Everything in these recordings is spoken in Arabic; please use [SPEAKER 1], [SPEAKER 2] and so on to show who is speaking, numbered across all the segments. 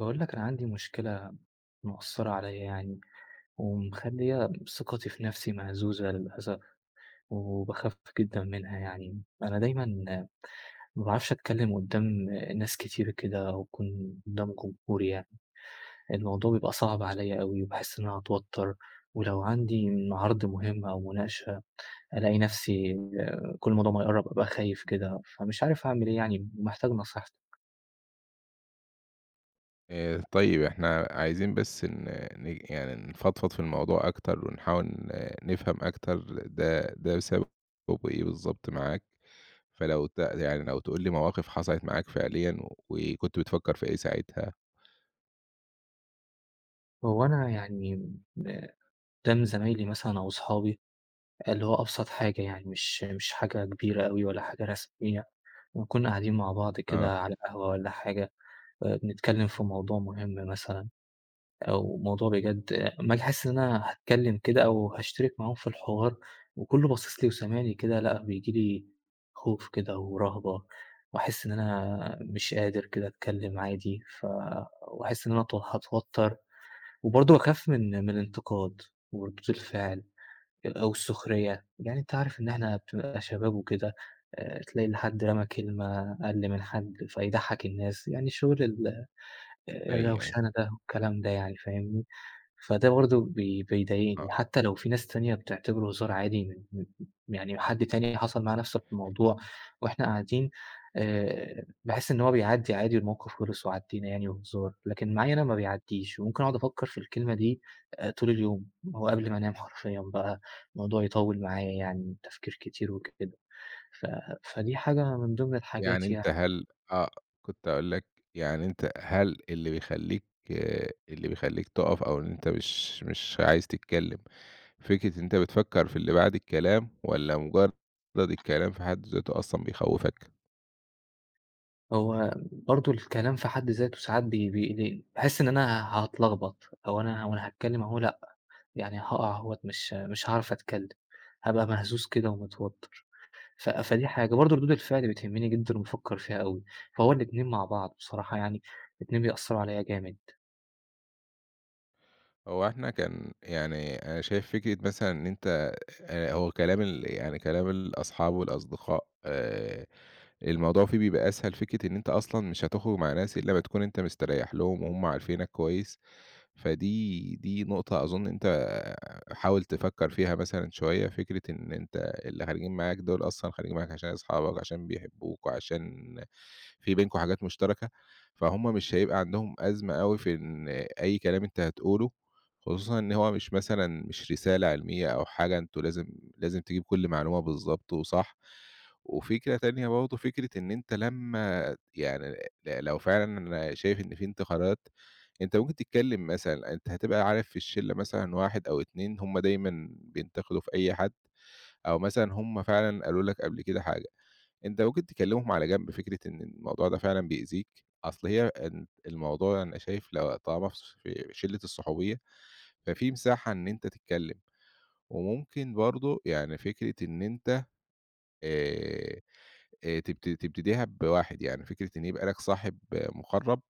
[SPEAKER 1] باقول لك أنا عندي مشكلة مأثّرة عليّا يعني، ومخليّة ثقتي في نفسي مهزوزة للأسف، وباخاف جدًا منها يعني. أنا دايمًا ما باعرفش أتكلّم قدّام ناس كتير كده أو أكون قدّام جمهور يعني، الموضوع بيبقى صعب عليّا أوي وباحس إن أنا هاتوتّر، ولو عندي عرض مهم أو مناقشة ألاقي نفسي كل ما الموضوع ما يقرّب أبقى خايف كده، فمش عارف أعمل إيه يعني ومحتاج نصيحتك.
[SPEAKER 2] طيب إحنا عايزين بس ن ن يعني نفضفض في الموضوع أكتر، ونحاول نفهم أكتر ده بسببه إيه بالضبط معاك، فلو يعني لو تقول لي مواقف حصلت معاك فعليًا وكنت بتفكّر في إيه ساعتها؟
[SPEAKER 1] هو أنا يعني قدّام زمايلي مثلًا أو صحابي اللي هو أبسط حاجة يعني مش حاجة كبيرة أوي ولا حاجة رسمية، وكنا قاعدين مع بعض
[SPEAKER 2] آه.
[SPEAKER 1] كده على قهوة والّا حاجة، بنتكلم في موضوع مهم مثلًا أو موضوع بجد، أمّا آجي أحس إن أنا هاتكلم كده أو هاشترك معاهم في الحوار وكُلّه باصص لي وسامعني كده، لأ بييجي لي خوف كده ورهبة وأحس إن أنا مش قادر كده أتكلم عادي، وأحس إن أنا هاتوتر وبرضه باخاف من الانتقاد وردود الفعل. أو السخرية، يعني أنت عارف إن إحنا بنبقى شباب وكده، تلاقي إن حد رمى كلمة أقل من حد فيضحّك الناس، يعني شغل ال آه،
[SPEAKER 2] أيوه، أيوه.
[SPEAKER 1] الروشنة ده والكلام ده يعني، فاهمني؟ فده برضه بيضايقني، حتى لو في ناس تانية بتعتبره هزار عادي من يعني حد تاني حصل معاه نفس الموضوع وإحنا قاعدين، باحس إن هو بيعدّي عادي والموقف خلص وعدّينا يعني وهزار، لكن معايا أنا ما بيعدّيش، وممكن أقعد أفكّر في الكلمة دي طول اليوم، وقبل ما أنام حرفيًا بقى الموضوع يطوّل معايا يعني تفكير كتير وكده، ف فدي حاجة من ضمن
[SPEAKER 2] يعني
[SPEAKER 1] الحاجات يعني.
[SPEAKER 2] أنت هل آه، كنت هاقول لك يعني أنت هل اللي بيخلّيك تُقف، أو إن أنت مش عايز تتكلّم، فكرة إن أنت بتفكّر في اللي بعد الكلام والّا مجرّد الكلام في حد ذاته أصلًا بيخوّفك؟
[SPEAKER 1] هو برضه الكلام في حد ذاته ساعات بيقلقني، باحس إن أنا هاتلخبط، هو أنا هاتكلم أهو لأ، يعني هاقع أهوّة مش هاعرف أتكلّم، هابقى مهزوز كده ومتوتّر، فدي حاجة، برضه ردود الفعل بتهمّني جدًا وبافكّر فيها أوي، فهو الاتنين مع بعض بصراحة يعني، الاتنين بيأثّروا عليّا جامد،
[SPEAKER 2] هو إحنا كان يعني أنا شايف فكرة مثلًا إن أنت هو كلام ال يعني كلام الأصحاب والأصدقاء الموضوع فيه بيبقى أسهل، فكرة إن أنت أصلًا مش هتخرج مع ناس إلا أمّا تكون أنت مستريّح لهم وهُم عارفينك كويس. فدي نقطة أظن أنت حاول تفكّر فيها مثلًا شوية، فكرة إن أنت اللي خارجين معاك دول أصلًا خارجين معاك عشان أصحابك، عشان بيحبوك، وعشان في بينكم حاجات مشتركة، فهُم مش هيبقى عندهم أزمة أوي في إن أي كلام أنت هتقوله، خصوصًا إن هو مش مثلًا مش رسالة علمية أو حاجة أنتم لازم تجيب كل معلومة بالضبط وصح. وفكرة تانية برضه، فكرة إن أنت لمّا يعني لو فعلًا أنا شايف إن في انتقادات، أنت ممكن تتكلم. مثلًا أنت هتبقى عارف في الشلة مثلًا واحد أو 2 هم دايمًا بينتقدوا في أي حد، أو مثلًا هم فعلًا قالوا لك قبل كده حاجة، أنت ممكن تكلمهم على جنب فكرة إن الموضوع ده فعلًا بيأذيك. أصل هي ال الموضوع أنا شايف لو طالما في ص في شلة الصحوبية، ففي مساحة إن أنت تتكلم، وممكن برضه يعني فكرة إن أنت آآ تبتديها بواحد، يعني فكرة إن يبقى لك صاحب آه، مُقرّب.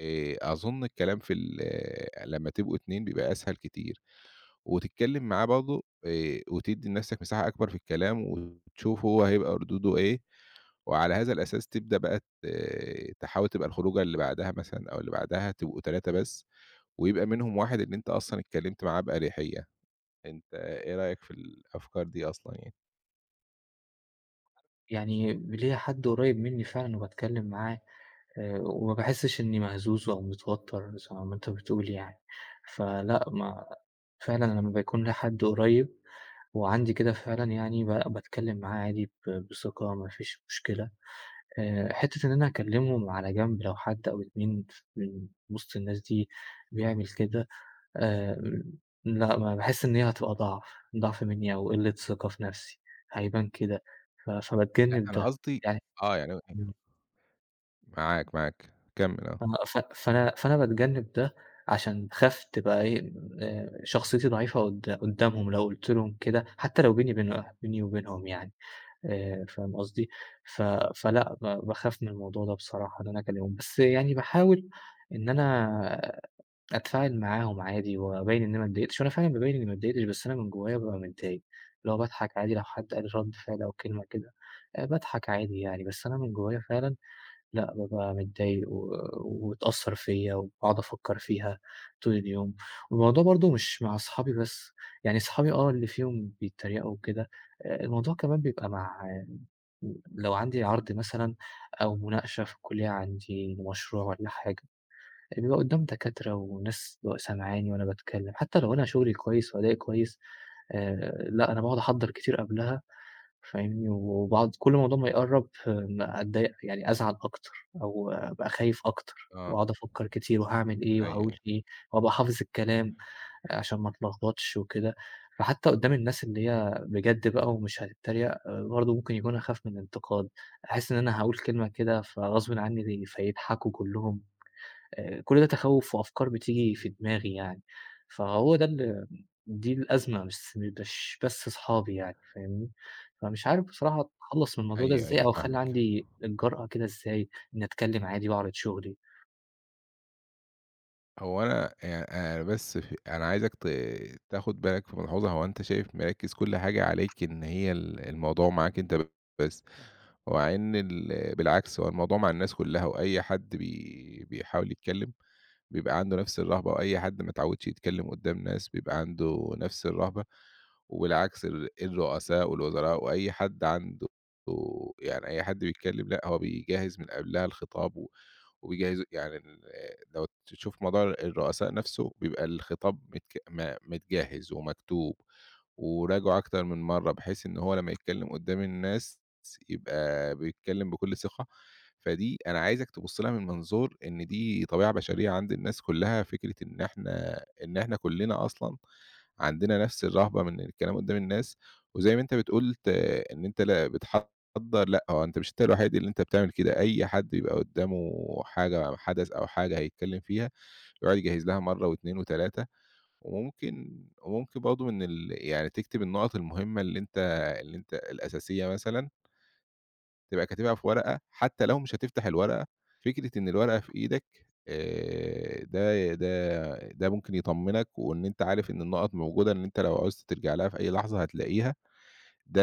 [SPEAKER 2] أظن الكلام في ال آه، لمّا تبقوا 2 بيبقى أسهل كتير، وتتكلّم معاه برضه وتدّي لنَفْسك مساحة أكبر في الكلام وتشوف هو هيبقى ردوده إيه، وعلى هذا الأساس تبدأ بقى ت آه، تحاول تبقى الخروجة اللي بعدها مثلًا أو اللي بعدها تبقوا 3 بس، ويبقى منهم واحد اللي أنت أصلًا اتكلّمت معاه بأريحية. أنت إيه رأيك في الأفكار دي أصلًا يعني؟
[SPEAKER 1] يعني ليّا حد قريّب منّي فعلًا وباتكلّم معاه وما باحسّش إنّي مهزوز أو متوتّر زي ما أنت بتقول يعني، فلأ ما فعلًا لمّا بيكون ليّا حد قريّب وعندي كده فعلًا يعني باتكلّم معاه عادي بثقة ما فيش مشكلة. حتّة إن أنا أكلّمهم على جنب لو حد أو 2 من وسط الناس دي بيعمل كده، آآ لأ، ما باحس إن هي هتبقى ضعف، ضعف منّي أو قِلّة ثقة في نَفْسي، هيبان كده، ف
[SPEAKER 2] لأ
[SPEAKER 1] فباتجنّب
[SPEAKER 2] أنا
[SPEAKER 1] ده،
[SPEAKER 2] قصدي
[SPEAKER 1] يعني
[SPEAKER 2] آه يعني
[SPEAKER 1] إمم.
[SPEAKER 2] معاك، معاك، كمّل آه.
[SPEAKER 1] آه، ف فأنا فأنا باتجنّب ده عشان باخاف تبقى إيه، شخصيتي ضعيفة قدّامهم لو قُلت لهم كده، حتّى لو بيني وبينهم يعني. فاهم قصدي؟ ف فلأ باخاف من الموضوع ده بصراحة إن أنا أكلمهم، بس يعني باحاول إن أنا أتفاعل معاهم عادي وأبيّن إن أنا ما اتضايقتش، وأنا فعلًا بابيّن إني ما اتضايقتش، بس أنا من جوايا بابقى متضايق، اللي هو باضحك عادي لو حد قال رَد فعل أو كلمة كده، باضحك عادي يعني، بس أنا من جوايا فعلًا لأ بابقى متضايق واتأثّر فيّا وباقعد أفكّر فيها طول اليوم، والموضوع برضه مش مع أصحابي بس، يعني صحابي اللي فيهم بيتريقوا وكده، الموضوع كمان بيبقى مع لو عندي عرض مثلًا أو مناقشة في الكلية عندي لمشروع والّا حاجة، بيبقى قدّام دكاترة وناس سامعاني وأنا باتكلّم، حتى لو أنا شغلي كويس وأدائي كويس لأ أنا باقعد أحضّر كتير قبلها فاهمني، وباقعد كل ما الموضوع ما يقرّب أتضايق يعني أزعل أكتر أو أبقى خايف أكتر،
[SPEAKER 2] آه،
[SPEAKER 1] وأقعد أفكّر كتير وهاعمل إيه
[SPEAKER 2] أيوه، أيوه،
[SPEAKER 1] وهاقول إيه وأبقى حافظ الكلام، عشان ما اتلخبطش وكده، فحتى قدّام الناس اللي هي بجد بقى ومش هتتريق برضه ممكن يكون أخاف من الانتقاد، أحس إن أنا هاقول كلمة كده فغصبٍ عني فيضحكوا كلّهم، كل ده تخوّف وأفكار بتيجي في دماغي يعني، فهو ده ال دي الأزمة مش بس صحابي يعني فاهمني، فمش عارف بصراحة أتخلّص من الموضوع ده
[SPEAKER 2] أيوه،
[SPEAKER 1] إزاي
[SPEAKER 2] أيوه
[SPEAKER 1] أو أخلّي
[SPEAKER 2] فاهمِك.
[SPEAKER 1] عندي الجرأة كده إزاي إني أتكلّم عادي وأعرض شغلي،
[SPEAKER 2] هو أنا يعني أنا بس ف أنا عايزك تاخد بالك في ملحوظة، هو أنت شايف مركّز كل حاجة عليك إن هي ال الموضوع معاك أنت بس، ومع إن بالعكس هو الموضوع مع الناس كلّها، وأي حد بيحاول يتكلّم بيبقى عنده نفس الرهبة، وأي حد ما اتعودش يتكلم قدّام ناس بيبقى عنده نفس الرهبة، وبالعكس الرؤساء والوزراء وأي حد عنده يعني أي حد بيتكلم لأ، هو بيجهّز من قبلها الخطاب، و وبيجهّزه يعني ال لو تشوف موضوع الرؤساء نفسه بيبقى الخطاب متك م متجهّز ومكتوب، وراجعه أكتر من مرّة، بحيث إن هو لمّا يتكلّم قدّام الناس يبقى بيتكلّم بكل ثقة. فدي أنا عايزك تبُص لها من منظور إن دي طبيعة بشرية عند الناس كلّها، فكرة إن إحنا كلّنا أصلًا عندنا نفس الرهبة من الكلام قدّام الناس، وزي ما أنت بتقول إن أنت لا بتحضّر لأ، هو أنت مش أنت الوحيد اللي أنت بتعمل كده، أي حد بيبقى قدّامه حاجة حدث أو حاجة هيتكلّم فيها، يقعد يجهّز لها مرّة و2 و3. وممكن برضه من يعني تكتب النُقط المهمة اللي أنت الأساسية مثلًا، تبقى كاتبها في ورقة، حتى لو مش هتفتح الورقة، فكرة إن الورقة في إيدك ده ممكن يطمّنك، وإن أنت عارف إن النُقط موجودة، إن أنت لو عُزت ترجع لها في أي لحظة هتلاقيها. ده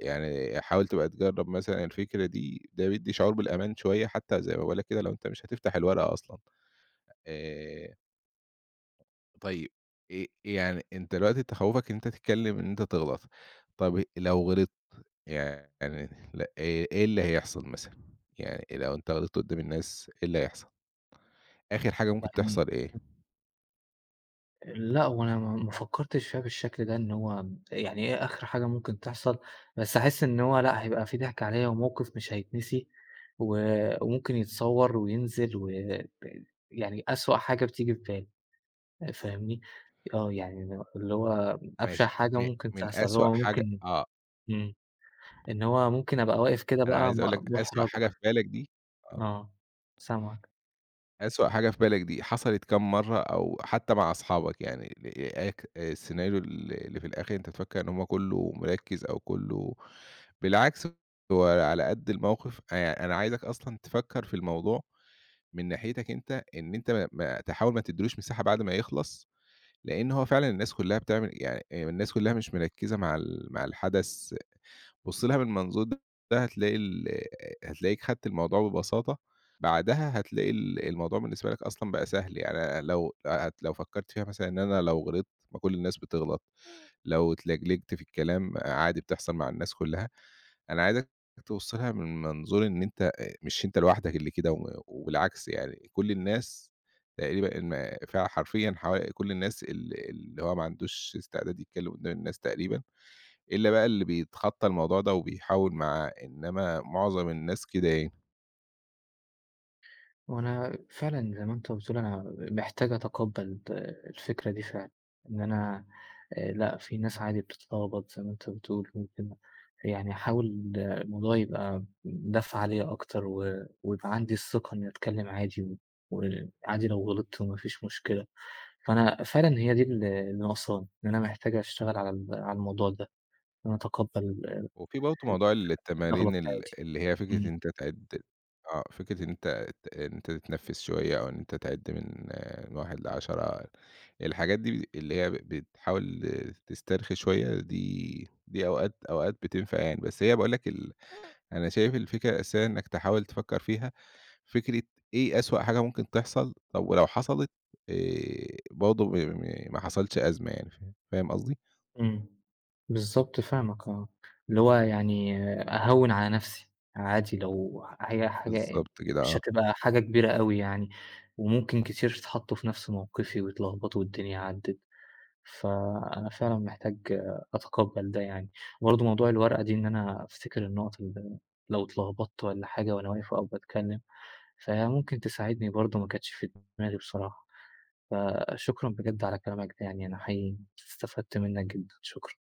[SPEAKER 2] يعني حاول تبقى تجرّب مثلًا الفكرة دي، ده بيدّي شعور بالأمان شوية، حتى زي ما باقول لك كده لو أنت مش هتفتح الورقة أصلًا. آآ طيب، يعني أنت دلوقتي أنت خوّفك إن أنت تتكلّم إن أنت تغلط، طب لو غلطت يعني إيه اللي هيحصل مثلًا؟ يعني لو أنت غلطت قدّام الناس إيه اللي هيحصل؟ آخر حاجة ممكن
[SPEAKER 1] يعني
[SPEAKER 2] تحصل إيه؟
[SPEAKER 1] لأ، هو أنا ما فكّرتش فيها بالشكل ده، إن هو يعني إيه آخر حاجة ممكن تحصل، بس أحس إن هو لأ، هيبقى في ضحك عليّا وموقف مش هيتنسي، و وممكن يتصوّر وينزل و ب يعني أسوأ حاجة بتيجي في بالي، فاهمني؟ آه، يعني اللي هو أبشع
[SPEAKER 2] ماشي.
[SPEAKER 1] حاجة ممكن
[SPEAKER 2] من
[SPEAKER 1] تحصل، اللي
[SPEAKER 2] أسوأ
[SPEAKER 1] هو
[SPEAKER 2] حاجة
[SPEAKER 1] ممكن
[SPEAKER 2] آه.
[SPEAKER 1] إمم، إن هو ممكن أبقى واقف كده
[SPEAKER 2] أنا
[SPEAKER 1] بقى
[SPEAKER 2] عايز
[SPEAKER 1] م
[SPEAKER 2] أقول لك أسوأ
[SPEAKER 1] مُحرج
[SPEAKER 2] حاجة في بالك دي آه.
[SPEAKER 1] آه، سامعك.
[SPEAKER 2] أسوأ حاجة في بالك دي حصلت كام مرّة أو حتى مع أصحابك؟ يعني ال أك السيناريو اللي في الآخر أنت تفكر إن هو كُلّه مركّز أو كُلّه بالعكس، هو على قد الموقف. أنا عايزك أصلًا تفكر في الموضوع من ناحيتك أنت، إن أنت ما تحاول ما تدّيلوش مساحة بعد ما يخلص، لإن هو فعلًا الناس كُلّها بتعمل يعني الناس كُلّها مش مركّزة مع مع الحدث. بُص لها من المنظور ده هتلاقي هتلاقيك خدت الموضوع ببساطة، بعدها هتلاقي الموضوع بالنسبة لك أصلًا بقى سهل. يعني أنا لو فكّرت فيها مثلًا إن أنا لو غلطت، ما كل الناس بتغلط، لو اتلجلجت في الكلام عادي بتحصل مع الناس كلّها. أنا عايزك تبُص لها من منظور إن أنت مش أنت لوحدك اللي كده، وبالعكس يعني كل الناس تقريبًا ما فحرفيًا كل الناس اللي هو ما عندوش استعداد يتكلّم قدّام الناس تقريبًا، إلا بقى اللي بيتخطّى الموضوع ده وبيحاول معاه، إنّما معظم الناس كده يعني.
[SPEAKER 1] وأنا فعلًا زي ما أنت بتقول أنا محتاج أتقبّل الفكرة دي فعلًا، إن أنا لأ، في ناس عادي بتتلخبط زي ما أنت بتقول ممكن، يعني أحاول الموضوع يبقى دافعة ليّا أكتر ويبقى عندي الثقة إنّي أتكلّم عادي وعادي لو غلطت وما فيش مشكلة، فأنا فعلًا هي دي اللي ناقصاني، إن أنا محتاج أشتغل على الموضوع ده، إن أنا أتقبّل إنّي
[SPEAKER 2] وفي برضه موضوع
[SPEAKER 1] أغلط
[SPEAKER 2] التمارين
[SPEAKER 1] عادي.
[SPEAKER 2] اللي هي فكرة
[SPEAKER 1] إمم.
[SPEAKER 2] إن أنت تعِد آه، فكرة إن أنت إن أنت تتنفِّس شوية، أو إن أنت تعِد من آه، من 1 ل10. الحاجات دي اللي هي بتحاول تسترخي شوية، دي أوقات، أوقات بتنفع يعني. بس هي باقول لك أنا شايف الفكرة الأساسية إنك تحاول تفكّر فيها، فكرة إيه أسوأ حاجة ممكن تحصل، طب ولو حصلت آآ برضه م م ما حصلش أزمة يعني، فاهم قصدي؟
[SPEAKER 1] إمم. بالضبط فاهمك آه. اللي هو يعني أهوّن على نَفْسي، عادي لو هي حاجة
[SPEAKER 2] بالضبط كده،
[SPEAKER 1] مش
[SPEAKER 2] آه.
[SPEAKER 1] هتبقى حاجة كبيرة أوي يعني، وممكن كتير اتحطّوا في نَفْس موقفي واتلخبطوا والدنيا عدِّت، فأنا فعلًا محتاج أتقبّل ده يعني. برضه موضوع الورقة دي إن أنا أفتكر النُقَط اللي لو اتلخبطت والّا حاجة وأنا واقف أو باتكلّم، فهي ممكن تساعدني برضه ما كانتش في دماغي بصراحة، فشكرًا بجد على كلامك ده يعني أنا حقيقي استفدت منّك جدًا، شكرًا.